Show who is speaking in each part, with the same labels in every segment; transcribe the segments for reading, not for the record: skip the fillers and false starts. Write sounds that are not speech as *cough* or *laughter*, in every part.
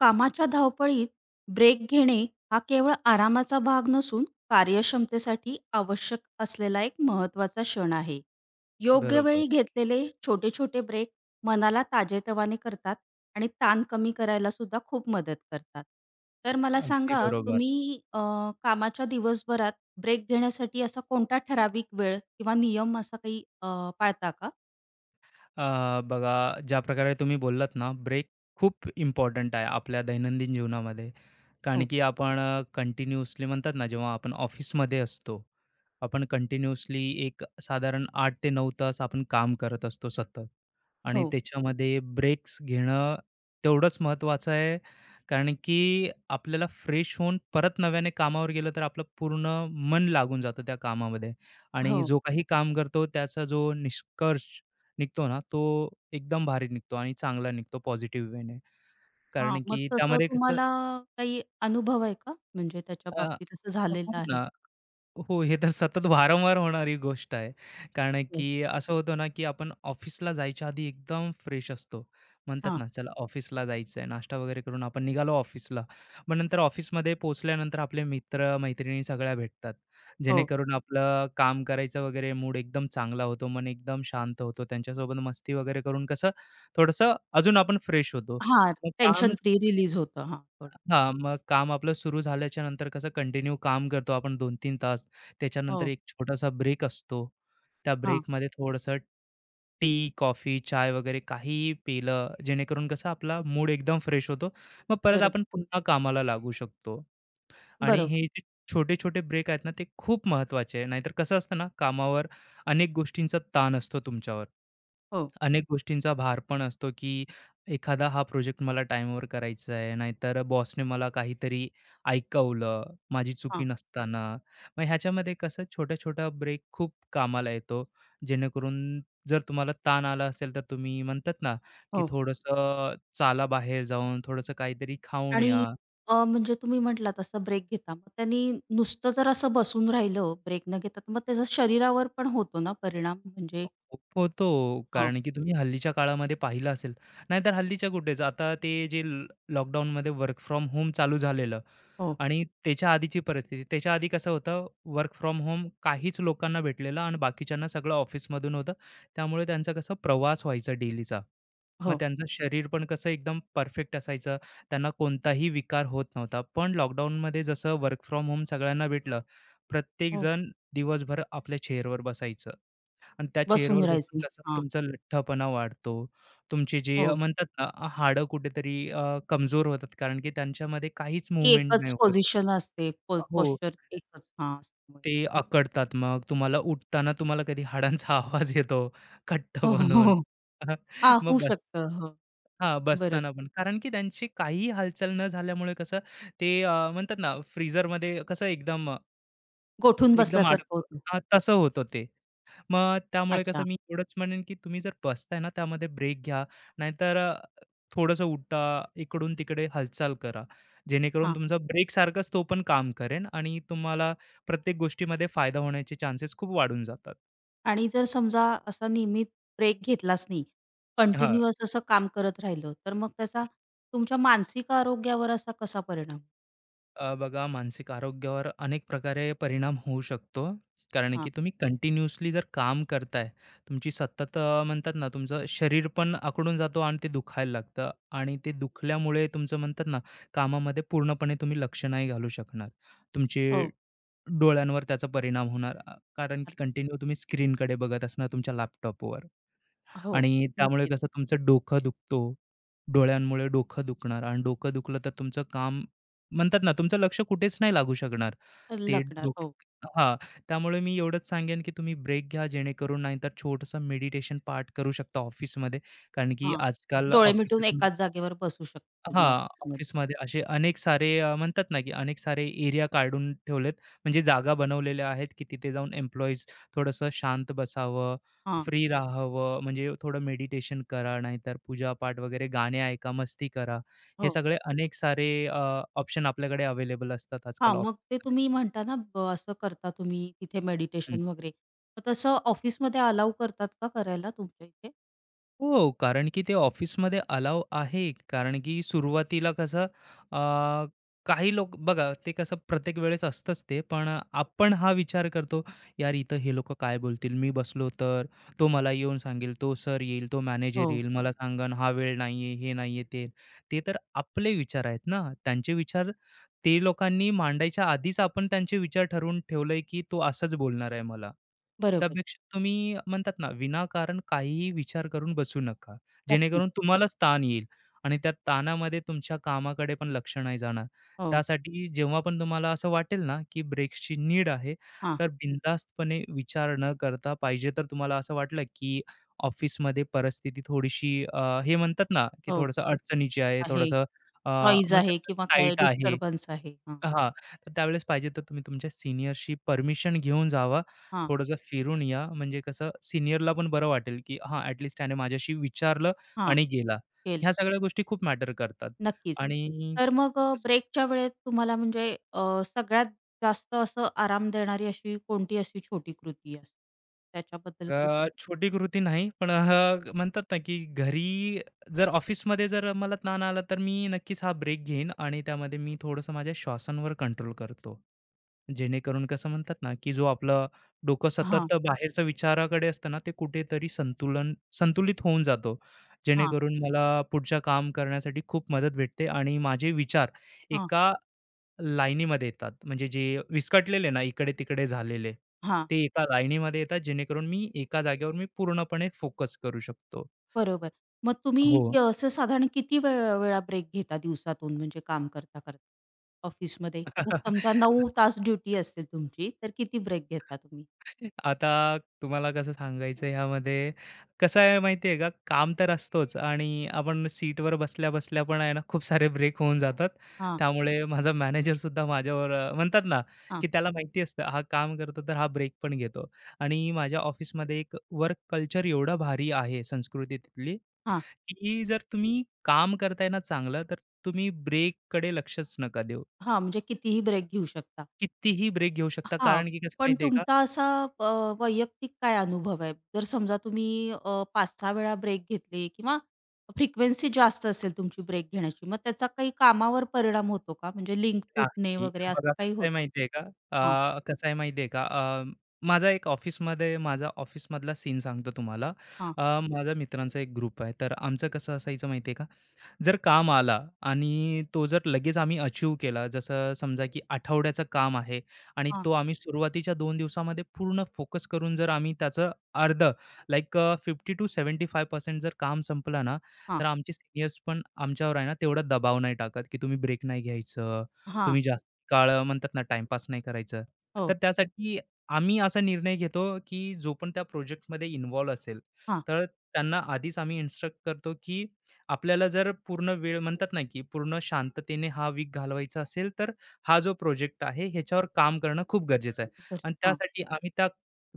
Speaker 1: कामाच्या धावपळीत ब्रेक घेणे हा केवळ आरामाचा भाग नसून कार्यक्षमतेसाठी आवश्यक असलेला एक महत्त्वाचा क्षण आहे. योग्य
Speaker 2: बरोबर.
Speaker 1: वेळी घेतलेले छोटे छोटे ब्रेक मनाला ताजेतवाने करतात आणि ताण कमी करायला सुद्धा खूप मदत करतात. तर मला
Speaker 2: अगदी
Speaker 1: सांगा
Speaker 2: बरोबर.
Speaker 1: तुम्ही कामाच्या दिवसभरात ब्रेक घेण्यासाठी असा कोणता ठराविक वेळ किंवा नियम असा काही पाळता का?
Speaker 2: बघा, ज्या प्रकारे तुम्ही बोललात ना, ब्रेक खूप इम्पॉर्टंट आहे आपल्या दैनंदिन जीवनामध्ये. कारण
Speaker 1: हो.
Speaker 2: की आपण म्हणतात ना, जेव्हा आपण ऑफिसमध्ये असतो, आपण कंटिन्यूअसली एक साधारण 8 ते 9 तास आपण काम करत असतो सतत, आणि
Speaker 1: हो,
Speaker 2: त्याच्यामध्ये ब्रेक्स घेणं तेवढंच महत्त्वाचं आहे. कारण की आपल्याला फ्रेश होऊन परत नव्याने कामावर गेलं तर आपलं पूर्ण मन लागून जातं त्या कामामध्ये, आणि
Speaker 1: हो.
Speaker 2: जो काही काम करतो त्याचा जो निष्कर्ष निघतो ना, तो एकदम भारी निघतो आणि चांगला निघतो पॉझिटिव्ह वेने.
Speaker 1: हां,
Speaker 2: कारण
Speaker 1: मग
Speaker 2: की
Speaker 1: तसं
Speaker 2: त्यामध्ये कसं
Speaker 1: तुम्हाला काही अनुभव आहे का? म्हणजे त्याच्या
Speaker 2: अ,
Speaker 1: बाबतीत असं
Speaker 2: हो
Speaker 1: झालेलं आहे?
Speaker 2: ना. हो, हे तर सतत वारंवार होणारी गोष्ट आहे. कारण
Speaker 1: बरं.
Speaker 2: की असं होतं ना, की आपण ऑफिसला जायच्या आधी एकदम फ्रेश असतो. म्हणतात
Speaker 1: हां.
Speaker 2: ना, चला ऑफिसला जायचं आहे, नाश्ता वगैरे करून आपण निघालो ऑफिसला. मग नंतर ऑफिसमध्ये पोहोचल्यानंतर आपले मित्र-मैत्रिणी सगळ्या भेटतात.
Speaker 1: हो.
Speaker 2: जेणेकरून आपलं काम करायचं वगैरे मूड एकदम चांगला होतो. मन एकदम शांत होतो. त्यांच्यासोबत मस्ती वगैरे करून कसं थोडंसं अजून आपण फ्रेश होतो.
Speaker 1: हां,
Speaker 2: मग काम
Speaker 1: टेन्शन फ्री रिलीज होतं. हां, थोडं.
Speaker 2: मग काम आपलं सुरू झाल्याच्या नंतर कसं कंटिन्यू काम करतो आपण 2 तीन तास. त्याच्यानंतर
Speaker 1: हो.
Speaker 2: एक छोटासा ब्रेक असतो. त्या
Speaker 1: हां.
Speaker 2: ब्रेकमध्ये थोडंसं टी, कॉफी, चाय वगैरे काहीही पिलं, जेणेकरून कसं आपला मूड एकदम फ्रेश होतो. मग परत
Speaker 1: बरोबर.
Speaker 2: आपण पुन्हा कामाला लागू शकतो. आणि
Speaker 1: बरोबर.
Speaker 2: हे जे छोटे-छोटे ब्रेक आहेत ना, ते खूप महत्वाचे आहे. नाहीतर कसं असतं ना, कामावर अनेक गोष्टींचा ताण असतो तुमच्यावर.
Speaker 1: हो.
Speaker 2: अनेक गोष्टींचा भार पण असतो, की एखादा हा प्रोजेक्ट मला टाईमवर करायचा आहे, नाहीतर बॉसने मला काहीतरी ऐकवलं, माझी चुकी
Speaker 1: हां.
Speaker 2: नसताना. मग ह्याच्यामध्ये कसं छोटा-छोटा ब्रेक खूप कामाला येतो. जेणेकरून जर तुम्हाला ताण आला असेल, तर तुम्ही म्हणतात ना, की
Speaker 1: हो.
Speaker 2: थोडंसं चाला बाहेर जाऊन, थोडंसं काहीतरी खाऊन
Speaker 1: आणि
Speaker 2: या.
Speaker 1: म्हणजे तुम्ही म्हटलात असं ब्रेक घेता. मग त्यांनी नुसतं जर असं बसून राहिलं ब्रेक न घेता, तर मग त्याचा शरीरावर पण होतो ना परिणाम? म्हणजे
Speaker 2: खूप होतो.
Speaker 1: हां.
Speaker 2: कारण की तुम्ही हल्लीच्या काळामध्ये पाहिलं असेल. नाहीतर हल्लीच्या कुठेच आता ते जे लॉकडाऊनमध्ये वर्क फ्रॉम होम चालू झालेलं,
Speaker 1: हो.
Speaker 2: आणि त्याच्या आधीची परिस्थिती. त्याच्या आधी कसं होतं, वर्क फ्रॉम होम काहीच लोकांना भेटलेलं आणि बाकीच्यांना सगळं ऑफिसमधून होतं. त्यामुळे त्यांचा कसा प्रवास व्हायचा डेलीचा. मग
Speaker 1: हो.
Speaker 2: त्यांचं शरीर पण कसं एकदम परफेक्ट असायचं. त्यांना कोणताही विकार होत नव्हता. पण लॉकडाऊनमध्ये जसं वर्क फ्रॉम होम सगळ्यांना भेटलं,
Speaker 1: हो.
Speaker 2: प्रत्येकजण दिवसभर आपल्या चेअरवर बसायचं. आणि त्या
Speaker 1: बसून
Speaker 2: चेअरवर बसून
Speaker 1: राहायचे.
Speaker 2: कसं
Speaker 1: हां.
Speaker 2: तुमचा लठ्ठपणा वाढतो. तुमची जी
Speaker 1: हो.
Speaker 2: म्हणतात ना, हाडं कुठेतरी कमजोर होतात, कारण की त्यांच्यामध्ये काहीच
Speaker 1: ती
Speaker 2: मूव्हमेंट
Speaker 1: एकच
Speaker 2: नाही होत.
Speaker 1: पोझिशन असते. पो
Speaker 2: हो.
Speaker 1: पोश्चर एकच. हां. असल्यामुळे.
Speaker 2: ते अकडतात, मग तुम्हाला उठताना तुम्हाला कधी हाडांचा *laughs* आवाज येतो घट्ट
Speaker 1: हो, हो,
Speaker 2: बनून.
Speaker 1: हो.
Speaker 2: *laughs*
Speaker 1: हां,
Speaker 2: मग
Speaker 1: होऊ
Speaker 2: बस
Speaker 1: शकतं. हो,
Speaker 2: हां,
Speaker 1: बरोबर.
Speaker 2: बसताना पण. कारण की त्यांची काहीही हालचाल न झाल्यामुळे कसं ते म्हणतात ना, फ्रीझरमध्ये कसं एकदम
Speaker 1: गोठून
Speaker 2: एकदम
Speaker 1: बसल्यासारखं
Speaker 2: अडक
Speaker 1: होतं.
Speaker 2: हां, तसं होतं ते. मग त्यामुळे कसं,
Speaker 1: अच्छा,
Speaker 2: मी एवढंच म्हणेन, की तुम्ही जर बसताय ना, त्यामध्ये ब्रेक घ्या. नाहीतर थोडंसं उठा, इकडून-तिकडे हालचाल करा. जेणेकरून
Speaker 1: हां.
Speaker 2: तुमचा ब्रेकसारखाच तो पण काम करेन, आणि तुम्हाला प्रत्येक गोष्टीमध्ये फायदा होण्याचे चान्सेस खूप वाढून जातात.
Speaker 1: आणि जर समजा असा नियमित ब्रेक घेतलाच नाही,
Speaker 2: हां.
Speaker 1: कंटिन्युअस असं काम करत राहिलं, तर मग त्याचा तुमच्या मानसिक आरोग्यावर असा कसा परिणाम?
Speaker 2: बघा, मानसिक आरोग्यावर अनेक प्रकारे परिणाम होऊ शकतो. कारण
Speaker 1: हां,
Speaker 2: की तुम्ही कंटिन्युअसली जर काम करताय, तुमची सतत म्हणतात ना, तुमचं शरीर पण आखडून जातो आणि ते दुखायला लागतं, आणि ते दुखल्यामुळे तुमचं, म्हणतात ना, कामामध्ये पूर्णपणे तुम्ही लक्ष नाही घालू शकणार. तुमचे
Speaker 1: हो.
Speaker 2: डोळ्यांवर त्याचा परिणाम होणार. कारण की कंटिन्यू तुम्ही स्क्रीनकडे बघत असणार तुमच्या लॅपटॉपवर.
Speaker 1: हो,
Speaker 2: आणि त्यामुळे
Speaker 1: नक्कीच.
Speaker 2: कसं तुमचं डोकं दुखतो, डोळ्यांमुळे डोकं दुखणार, आणि डोकं दुखलं तर तुमचं काम, म्हणतात ना, तुमचं लक्ष कुठेच नाही लागू शकणार. ते
Speaker 1: लागणार.
Speaker 2: डोक
Speaker 1: हो,
Speaker 2: हां, त्यामुळे मी एवढंच सांगेन, की तुम्ही ब्रेक घ्या, जेणेकरून, नाहीतर छोटंसं मेडिटेशन पार्ट करू शकता ऑफिसमध्ये. कारण की
Speaker 1: हां.
Speaker 2: आजकाल
Speaker 1: डोळे
Speaker 2: ऑफिस,
Speaker 1: मिटून एकाच जागेवर बसू शकता तुम्ही
Speaker 2: हां,
Speaker 1: ऑफिसमध्ये.
Speaker 2: ऑफिसमध्ये असे अनेक सारे म्हणतात ना, की अनेक सारे एरिया काढून ठेवलेत. म्हणजे जागा बनवलेल्या आहेत, की तिथे जाऊन एम्प्लॉईज थोडंसं शांत बसावं,
Speaker 1: हां,
Speaker 2: फ्री राहावं, म्हणजे थोडं मेडिटेशन करा, नाहीतर पूजापाठ वगैरे, गाणे ऐका, मस्ती करा. हे
Speaker 1: हो.
Speaker 2: सगळे अनेक सारे ऑप्शन आपल्याकडे अवेलेबल असतात आजकाल
Speaker 1: हां, मग ते
Speaker 2: ऑफिसमध्ये.
Speaker 1: तुम्ही म्हणता ना ब असं करता तुम्ही तिथे मेडिटेशन वगैरे. मग तसं ऑफिसमध्ये अलाऊ करतात का करायला तुमच्या इथे?
Speaker 2: हो, कारण की ते ऑफिसमध्ये अलाव आहे. कारण की सुरुवातीला कसं अ, काही लोक, बघा, ते कसं प्रत्येक वेळेस असतंच ते, पण आपण हा विचार करतो, "यार, इथं हे लोकं काय बोलतील? मी बसलो तर तो मला येऊन सांगेल, तो सर येईल, तो मॅनेजर
Speaker 1: हो.
Speaker 2: येईल, मला सांगन हा वेळ नाही, हे नाही, ते." ते तर आपले विचार आहेत ना, त्यांचे विचार ते लोकांनी मांडायच्या आधीच आपण त्यांचे विचार ठरवून ठेवलंय, की तो असंच बोलणार आहे मला.
Speaker 1: बरोबर.
Speaker 2: त्यापेक्षा तुम्ही म्हणतात ना, विनाकारण काहीही विचार करून बसू नका. जेणेकरून
Speaker 1: नक्कीच.
Speaker 2: तुम्हालाच ताण येईल, आणि त्या ताणामध्ये तुमच्या कामाकडे पण लक्ष नाही जाणार.
Speaker 1: हो.
Speaker 2: त्यासाठी जेव्हा पण तुम्हाला असं वाटेल ना, की ब्रेक्सची नीड आहे,
Speaker 1: हां.
Speaker 2: तर बिनधास्तपणे विचार न करता, पाहिजे तर तुम्हाला असं वाटलं, की ऑफिसमध्ये परिस्थिती थोडीशी हे म्हणतात ना, की
Speaker 1: हो.
Speaker 2: थोडंसं अडचणीची आहे,
Speaker 1: आहे.
Speaker 2: थोडंसं अ,
Speaker 1: नॉईज आहे
Speaker 2: म्हणतात
Speaker 1: किंवा काय
Speaker 2: टाईट आहे.
Speaker 1: डिस्टर्बन्स आहे. हां.
Speaker 2: हां, तर त्यावेळेस पाहिजे तर तुम्ही तुमच्या सीनियरशी परमिशन घेऊन जावा.
Speaker 1: हां.
Speaker 2: थोडंसं फिरून या, म्हणजे कसं सीनियरला पण बरं वाटेल, की हां, ॲट लीस्ट त्याने माझ्याशी विचारलं
Speaker 1: हां.
Speaker 2: आणि गेला.
Speaker 1: केलं.
Speaker 2: ह्या सगळ्या गोष्टी खूप मॅटर करतात.
Speaker 1: नक्कीच.
Speaker 2: आणि
Speaker 1: तर मग ब्रेकच्या वेळेत तुम्हाला म्हणजे सगळ्यात जास्त असं आराम देणारी अशी कोणती अशी छोटी कृती असते? त्याच्याबद्दल काही
Speaker 2: छोटी कृती नाही, पण म्हणतात ना, की घरी, जर ऑफिसमध्ये जर मला ताण आला, तर मी नक्कीच हा ब्रेक घेईन, आणि त्यामध्ये मी थोडंसं माझ्या श्वासांवर कंट्रोल करतो. जेणेकरून कसं म्हणतात ना, की जो आपलं डोकं
Speaker 1: सांग हां.
Speaker 2: सतत बाहेरच्या विचाराकडे असतं ना, ते कुठेतरी संतुलित होऊन जातो.
Speaker 1: हां.
Speaker 2: जेणेकरून मला पुढच्या काम करण्यासाठी खूप मदत भेटते, आणि माझे विचार
Speaker 1: हां.
Speaker 2: एका लाईनीमध्ये येतात. म्हणजे जे विस्कटलेले ना, इकडे-तिकडे झालेले,
Speaker 1: हां.
Speaker 2: ते एका लाईनीमध्ये येतात, जेणेकरून मी एका जागेवर पूर्णपणे फोकस करू शकतो.
Speaker 1: बरोबर. मग तुम्ही
Speaker 2: हो.
Speaker 1: क असं साधारण किती वेळ वेळा ब्रेक घेता दिवसातून म्हणजे काम करता-करता ऑफिसमध्ये? आता समजा 9
Speaker 2: *laughs*
Speaker 1: तास ड्युटी असते तुमची, तर किती ब्रेक घेता तुम्ही?
Speaker 2: आता तुम्हाला कसं सांगायचं ह्यामध्ये, कसं आहे माहिती आहे का, काम तर असतोच, आणि आपण सीटवर बसल्या-बसल्या पण आहे ना, खूप सारे ब्रेक होऊन जातात. त्यामुळे माझा मॅनेजर सुद्धा माझ्यावर म्हणतात ना,
Speaker 1: हां,
Speaker 2: की त्याला माहिती असतं, हा काम करतो तर हा ब्रेक पण घेतो. आणि माझ्या ऑफिसमध्ये एक वर्क कल्चर एवढं भारी आहे, संस्कृती तिथली,
Speaker 1: हां,
Speaker 2: की जर तुम्ही काम करताय ना चांगलं, तर तुम्ही ब्रेककडे लक्षच नका देऊ.
Speaker 1: हां, म्हणजे कितीही ब्रेक घेऊ शकता.
Speaker 2: कितीही ब्रेक घेऊ शकता,
Speaker 1: हां,
Speaker 2: कारण की कसं
Speaker 1: पण
Speaker 2: माहिती का?
Speaker 1: तुमचा असा अ, वैयक्तिक काय अनुभव आहे? जर समजा तुम्ही 5-6 वेळा ब्रेक घेतले किंवा फ्रिक्वेन्सी जास्त असेल तुमची ब्रेक घेण्याची, मग त्याचा काही कामावर परिणाम होतो का? म्हणजे लिंक तुटणे
Speaker 2: नाही.
Speaker 1: वगैरे
Speaker 2: बघा
Speaker 1: असं काही
Speaker 2: कसं आहे
Speaker 1: होतं?
Speaker 2: माहिती आहे का?
Speaker 1: हां,
Speaker 2: कसं आहे माहिती का? माझा एक ऑफिसमध्ये माझा ऑफिसमधला सीन सांगतो तुम्हाला.
Speaker 1: हां,
Speaker 2: अ, माझा मित्रांचा एक ग्रुप आहे. तर आमचं कसं असायचं माहिती आहे का? जर काम आला, आणि तो जर लगेच आम्ही अचीव केला, जसं समजा की आठवड्याचं काम आहे, आणि
Speaker 1: हां,
Speaker 2: तो आम्ही सुरुवातीच्या 2 दिवसामध्ये पूर्ण फोकस करून जर आम्ही त्याचं अर्धं, 50 टू 75% जर काम संपलं ना,
Speaker 1: हां,
Speaker 2: तर आमचे सीनियर्स पण आमच्यावर आहे ना, तेवढा दबाव नाही टाकत, की तुम्ही ब्रेक नाही घ्यायचं,
Speaker 1: हां,
Speaker 2: तुम्ही जास्त काळ म्हणतात ना टाईमपास नाही करायचं. तर
Speaker 1: हो,
Speaker 2: त्यासाठी आम्ही असा निर्णय घेतो, की जो पण त्या प्रोजेक्टमध्ये इन्व्हॉल्व असेल,
Speaker 1: हां,
Speaker 2: तर त्यांना आधीच आम्ही इन्स्ट्रक्ट करतो, की आपल्याला जर पूर्ण वेळ, म्हणतात ना, की पूर्ण शांततेने हा वीक घालवायचा असेल, तर हा जो प्रोजेक्ट आहे ह्याच्यावर काम करणं खूप गरजेचं आहे.
Speaker 1: बर
Speaker 2: आणि
Speaker 1: हां,
Speaker 2: त्यासाठी आम्ही त्या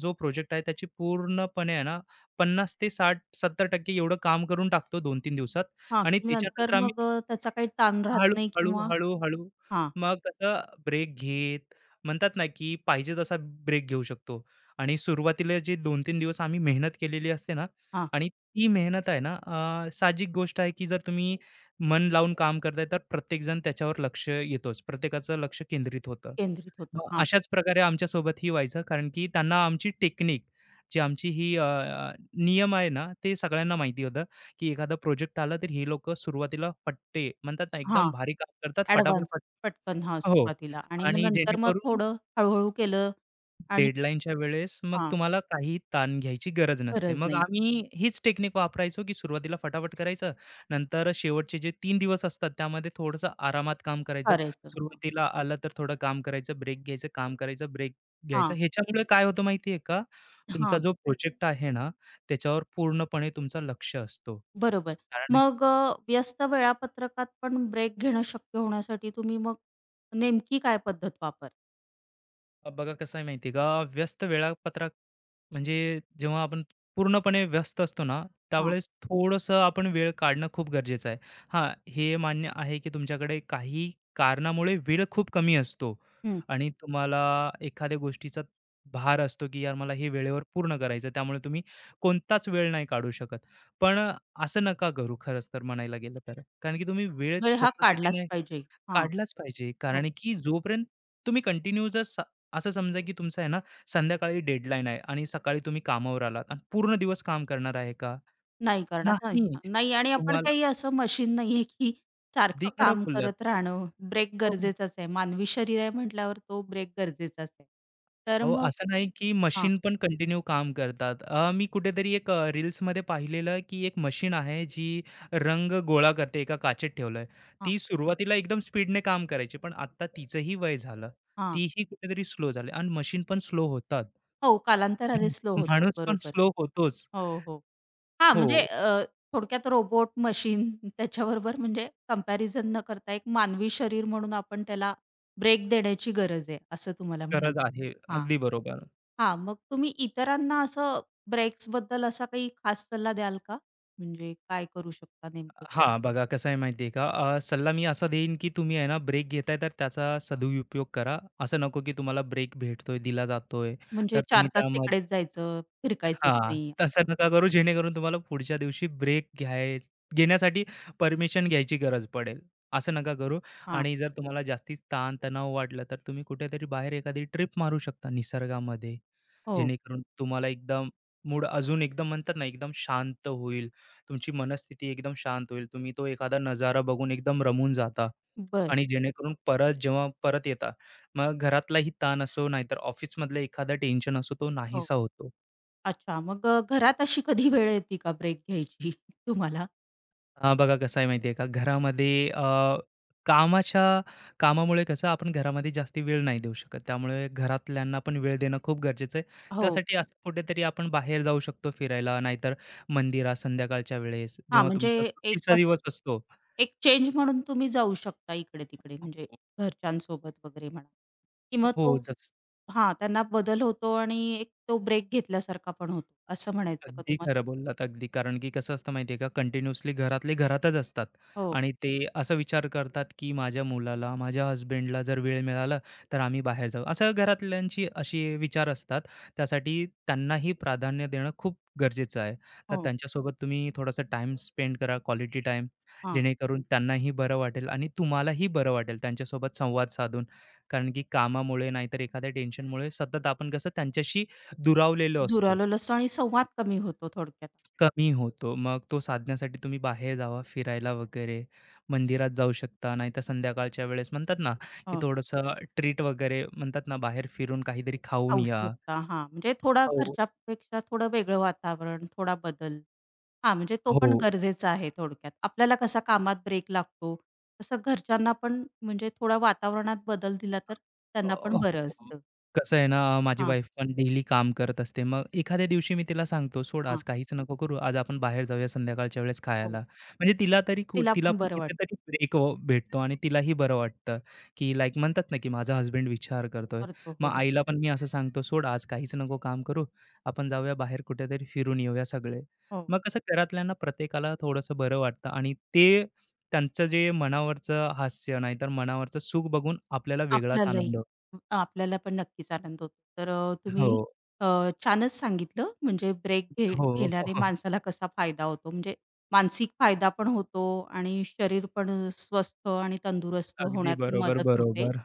Speaker 2: जो प्रोजेक्ट आहे त्याची पूर्णपणे आहे ना, 50 ते 60-70% एवढं काम करून टाकतो 2-3 दिवसात.
Speaker 1: हां,
Speaker 2: आणि
Speaker 1: की नंतर
Speaker 2: त्याच्यानंतर
Speaker 1: मग
Speaker 2: आम्ही
Speaker 1: त्याचा काही ताण
Speaker 2: हळू,
Speaker 1: राहत नाही
Speaker 2: हळू,
Speaker 1: किंवा
Speaker 2: हळू, हळू.
Speaker 1: हां,
Speaker 2: मग कसं ब्रेक घेत म्हणतात ना, की पाहिजे तसा ब्रेक घेऊ शकतो. आणि सुरुवातीला जे 2-3 दिवस आम्ही मेहनत केलेली असते ना,
Speaker 1: हां,
Speaker 2: आणि ती मेहनत आहे ना, साहजिक गोष्ट आहे, की जर तुम्ही मन लावून काम करताय, तर प्रत्येकजण त्याच्यावर लक्ष येतोच. प्रत्येकाचं लक्ष केंद्रित होतं.
Speaker 1: केंद्रित होतं.
Speaker 2: मग
Speaker 1: हां,
Speaker 2: अशाच प्रकारे आमच्यासोबतही व्हायचं, कारण की त्यांना आमची टेक्निक, जी आमची ही अ, अ, नियम आहे ना, ते सगळ्यांना माहिती होतं, की एखादा प्रोजेक्ट आला तर ही लोक सुरुवातीला फट्टे, म्हणतात ना,
Speaker 1: हां.
Speaker 2: एकदम भारी काम करतात फटाफट
Speaker 1: ॲडव्हान्स पटकन हां,
Speaker 2: हो,
Speaker 1: सुरुवातीला आणि मग
Speaker 2: आणि
Speaker 1: नंतर मग
Speaker 2: जेणेकरून
Speaker 1: थोडं हळू केलं आणि
Speaker 2: डेडलाईनच्या वेळेस मग
Speaker 1: हां,
Speaker 2: तुम्हाला काही ताण घ्यायची गरज नसते.
Speaker 1: गरज
Speaker 2: मग
Speaker 1: नाही
Speaker 2: आम्ही हीच टेक्निक वापरायचो, की सुरुवातीला फटाफट करायचं, नंतर शेवटचे जे 3 दिवस असतात त्यामध्ये थोडंसं आरामात काम करायचं.
Speaker 1: करायचं.
Speaker 2: सुरुवातीला आलं तर थोडं काम करायचं, ब्रेक घ्यायचं, काम करायचं, ब्रेक घ्यायचं.
Speaker 1: हां,
Speaker 2: ह्याच्यामुळे काय होतं माहिती आहे का? तुमचा
Speaker 1: हां,
Speaker 2: जो प्रोजेक्ट आहे ना, त्याच्यावर पूर्णपणे तुमचं लक्ष असतो.
Speaker 1: बरोबर.
Speaker 2: कारण,
Speaker 1: मग व्यस्त वेळापत्रकात पण ब्रेक घेणं शक्य होण्यासाठी तुम्ही मग नेमकी काय पद्धत वापर
Speaker 2: बघा कसं आहे माहिती आहे का, व्यस्त वेळापत्रक म्हणजे जेव्हा आपण पूर्णपणे व्यस्त असतो ना,
Speaker 1: हां,
Speaker 2: त्यावेळेस थोडंसं आपण वेळ काढणं खूप गरजेचं आहे. हां, हे मान्य आहे की तुमच्याकडे काही कारणामुळे वेळ खूप कमी असतो,
Speaker 1: हं.
Speaker 2: आणि तुम्हाला एखाद्या गोष्टीचा भार असतो, की यार मला हे वेळेवर पूर्ण करायचं, त्यामुळे तुम्ही कोणताच वेळ नाही काढू शकत. पण असं नका करू, खरंच तर म्हणायला गेलं तर. कारण की तुम्ही वेळ
Speaker 1: वेळ हा काढलाच
Speaker 2: स्वतःसाठी
Speaker 1: पाहिजे. हां,
Speaker 2: काढलाच पाहिजे.
Speaker 1: हो.
Speaker 2: कारण की जोपर्यंत तुम्ही कंटिन्यू जर स असं समजा की तुमचं आहे ना, संध्याकाळी डेडलाईन आहे आणि सकाळी तुम्ही कामावर आलात आणि पूर्ण दिवस काम करणार आहे का?
Speaker 1: नाही करणार नाही.
Speaker 2: नाही.
Speaker 1: नाही आणि आपण
Speaker 2: तुम्हाला
Speaker 1: काही असं मशीन नाहीये, की
Speaker 2: अगदी
Speaker 1: सारखं
Speaker 2: खरं
Speaker 1: काम
Speaker 2: बोललात.
Speaker 1: करत राहणं. ब्रेक
Speaker 2: हो,
Speaker 1: गरजेचाच आहे. मानवी शरीर आहे म्हटल्यावर तो ब्रेक गरजेचाच आहे. तर
Speaker 2: अहो,
Speaker 1: मग
Speaker 2: असं नाही की मशीन पण कंटिन्यू काम करतात. मी कुठेतरी एक रील्समध्ये पाहिलेलं, की एक मशीन आहे जी रंग गोळा करते, एका काचेत ठेवलंय.
Speaker 1: हां,
Speaker 2: ती सुरुवातीला एकदम स्पीडने काम करायची, पण आता तिचंही वय झालं.
Speaker 1: हां.
Speaker 2: तीही कुठेतरी स्लो झाली, आणि मशीन पण स्लो होतात.
Speaker 1: हो, कालांतराने स्लो होतात.
Speaker 2: माणूस पण
Speaker 1: बरोबर.
Speaker 2: स्लो होतोच.
Speaker 1: हो, हो. हां,
Speaker 2: हो,
Speaker 1: म्हणजे थोडक्यात रोबोट, मशीन त्याच्याबरोबर म्हणजे कंपॅरिझन न करता एक मानवी शरीर म्हणून आपण त्याला ब्रेक देण्याची गरज आहे, असं तुम्हाला
Speaker 2: गरज
Speaker 1: म्हणायचं
Speaker 2: आहे.
Speaker 1: आहे. हां,
Speaker 2: अगदी बरोबर.
Speaker 1: हां. मग तुम्ही इतरांना असं ब्रेक्सबद्दल असा काही खास सल्ला द्याल का? म्हणजे काय करू शकता नेमकं?
Speaker 2: हां, बघा कसं आहे माहिती आहे का, सल्ला मी असा देईन, की तुम्ही आहे ना ब्रेक घेताय, तर त्याचा सदुपयोग करा. असं नको की तुम्हाला ब्रेक भेटतोय, दिला जातोय, तर
Speaker 1: म्हणजे 4
Speaker 2: तुम्ही
Speaker 1: तास
Speaker 2: त्याम
Speaker 1: तिकडेच जायचं, फिरकायचंच
Speaker 2: हां,
Speaker 1: नाही
Speaker 2: तसं
Speaker 1: असं.
Speaker 2: नका करू, जेणेकरून तुम्हाला पुढच्या दिवशी ब्रेक घेण्यासाठी परमिशन घ्यायची गरज पडेल. असं नका करू.
Speaker 1: हां.
Speaker 2: आणि जर तुम्हाला जास्तीच ताण-तणाव वाटला, तर तुम्ही कुठेतरी बाहेर एखादी ट्रिप मारू शकता निसर्गामध्ये.
Speaker 1: हो.
Speaker 2: जेणेकरून तुम्हाला एकदम मूड अजून एकदम, म्हणतात ना, एकदम शांत होईल. तुमची मनस्थिती एकदम शांत होईल. तुम्ही तो एखादा नजारा बघून एकदम रमून जाता,
Speaker 1: बरं.
Speaker 2: आणि जेणेकरून परत जेव्हा परत येता, मग घरातलाही ताण असो, नाहीतर ऑफिसमधलं एखादा टेन्शन असो, तो
Speaker 1: हो.
Speaker 2: नाहीसा होतो.
Speaker 1: अच्छा. मग घरात अशी कधी वेळ येते का ब्रेक घ्यायची *laughs* तुम्हाला?
Speaker 2: हां, बघा कसं आहे माहिती आहे का, घरामध्ये कामाच्या कामामुळे कसं आपण घरामध्ये जास्त वेळ नाही देऊ शकत. त्यामुळे घरातल्यांना पण वेळ देणं खूप गरजेचं आहे.
Speaker 1: हो.
Speaker 2: त्यासाठी असं कुठेतरी आपण बाहेर जाऊ शकतो फिरायला, नाहीतर मंदिरात संध्याकाळच्या वेळेस,
Speaker 1: हां,
Speaker 2: जेव्हा
Speaker 1: म्हणजे
Speaker 2: तुमचा
Speaker 1: एक
Speaker 2: सुट्टीचा दिवस असतो.
Speaker 1: एक चेंज म्हणून तुम्ही जाऊ शकता इकडे-तिकडे म्हणजे घरच्यांसोबत वगैरे म्हणा किंवा
Speaker 2: हो,
Speaker 1: तो हां, त्यांना बदल होतो आणि एक तो ब्रेक घेतल्यासारखा पण होतो, असं म्हणायचं का
Speaker 2: अगदी
Speaker 1: तुम्हाला?
Speaker 2: खरं बोललात, अगदी. कारण की कसं असतं माहिती आहे का, कंटिन्युअसली घरातले घरातच असतात,
Speaker 1: हो,
Speaker 2: आणि ते असा विचार करतात, की माझ्या मुलाला, माझ्या हसबँडला जर वेळ मिळाला, तर आम्ही बाहेर जाऊ. असं घरातल्यांची अशी विचार असतात. त्यासाठी त्यांनाही प्राधान्य देणं खूप गरजेचं आहे. तर
Speaker 1: हो.
Speaker 2: त्यांच्यासोबत तुम्ही थोडासा टाईम स्पेंड करा, क्वालिटी टाईम,
Speaker 1: हां.
Speaker 2: जेणेकरून त्यांनाही बरं वाटेल आणि तुम्हालाही बरं वाटेल त्यांच्यासोबत संवाद साधून. कारण की कामामुळे, नाहीतर एखाद्या टेन्शनमुळे सतत आपण कसं त्यांच्याशी दुरावलेलो असतो.
Speaker 1: दुरावलेलो असतो आणि संवाद कमी होतो थोडक्यात.
Speaker 2: कमी होतो. मग तो साधण्यासाठी तुम्ही बाहेर जावा, फिरायला वगैरे, मंदिरात जाऊ शकता. नाहीतर संध्याकाळच्या वेळेस, म्हणतात ना, की
Speaker 1: हो,
Speaker 2: थोडंसं ट्रीट वगैरे, म्हणतात ना, बाहेर फिरून काहीतरी खाऊन या.
Speaker 1: आवश्यकता हां, म्हणजे थोडा
Speaker 2: हो,
Speaker 1: घरच्यापेक्षा थोडं वेगळं वातावरण, थोडा बदल. हा, म्हणजे तो
Speaker 2: हो.
Speaker 1: पण गरजेचा आहे थोडक्यात. आपल्याला कसा कामात ब्रेक लागतो, तसं घरच्यांना पण म्हणजे थोडा वातावरणात बदल दिला तर त्यांना पण
Speaker 2: हो.
Speaker 1: बरं असतं.
Speaker 2: कसं आहे ना, माझी
Speaker 1: हां,
Speaker 2: वाईफ पण डेली काम करत असते. मग एखाद्या दिवशी मी तिला सांगतो, "सोड, आज
Speaker 1: हां.
Speaker 2: काहीच नको करू. आज आपण बाहेर जाऊया संध्याकाळच्या वेळेस
Speaker 1: हो.
Speaker 2: खायला." म्हणजे तिला तरी कु
Speaker 1: तिला
Speaker 2: तिला
Speaker 1: पण
Speaker 2: पण
Speaker 1: बरं वाटतं.
Speaker 2: कुठेतरी ब्रेक भेटतो, आणि तिलाही बरं वाटतं, की लाइक, म्हणतात ना, की माझा हसबंड विचार करतोय.
Speaker 1: करतो.
Speaker 2: मग
Speaker 1: हो,
Speaker 2: आईला पण मी असं सांगतो, "सोड, आज काहीच नको काम करू. आपण जाऊया बाहेर कुठेतरी फिरून येऊया सगळे."
Speaker 1: हो.
Speaker 2: मग कसं घरातल्यांना प्रत्येकाला थोडंसं बरं वाटतं, आणि ते त्यांचं जे मनावरचं हास्य, नाहीतर मनावरचं सुख बघून आपल्याला वेगळाच
Speaker 1: आपल्यालाही.
Speaker 2: आनंद.
Speaker 1: आपल्याला पण नक्कीच आनंद होतो. तर
Speaker 2: हो,
Speaker 1: तुम्ही अ, छानच सांगितलं म्हणजे ब्रेक घे
Speaker 2: हो,
Speaker 1: घेणारे
Speaker 2: हो.
Speaker 1: माणसाला कसा फायदा होतो. म्हणजे मानसिक फायदा पण होतो आणि शरीर पण स्वस्थ आणि तंदुरुस्त
Speaker 2: अगदी
Speaker 1: होण्यात
Speaker 2: बरोबर,
Speaker 1: मदत होते.
Speaker 2: बरोबर.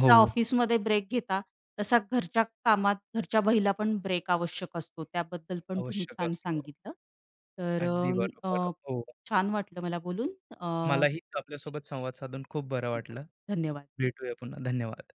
Speaker 2: हो,
Speaker 1: ऑफिसमध्ये ब्रेक घेता, तसा घरच्या कामात घरच्या बहिला पण ब्रेक आवश्यक असतो. त्याबद्दल पण तुम्ही
Speaker 2: आवश्यक
Speaker 1: छान
Speaker 2: असतो.
Speaker 1: सांगितलं. तर
Speaker 2: अगदी बरोबर.
Speaker 1: अ,
Speaker 2: हो,
Speaker 1: छान वाटलं मला बोलून. अ,
Speaker 2: मलाही आपल्यासोबत संवाद साधून खूप बरं वाटलं.
Speaker 1: धन्यवाद.
Speaker 2: भेटूया पुन्हा. धन्यवाद.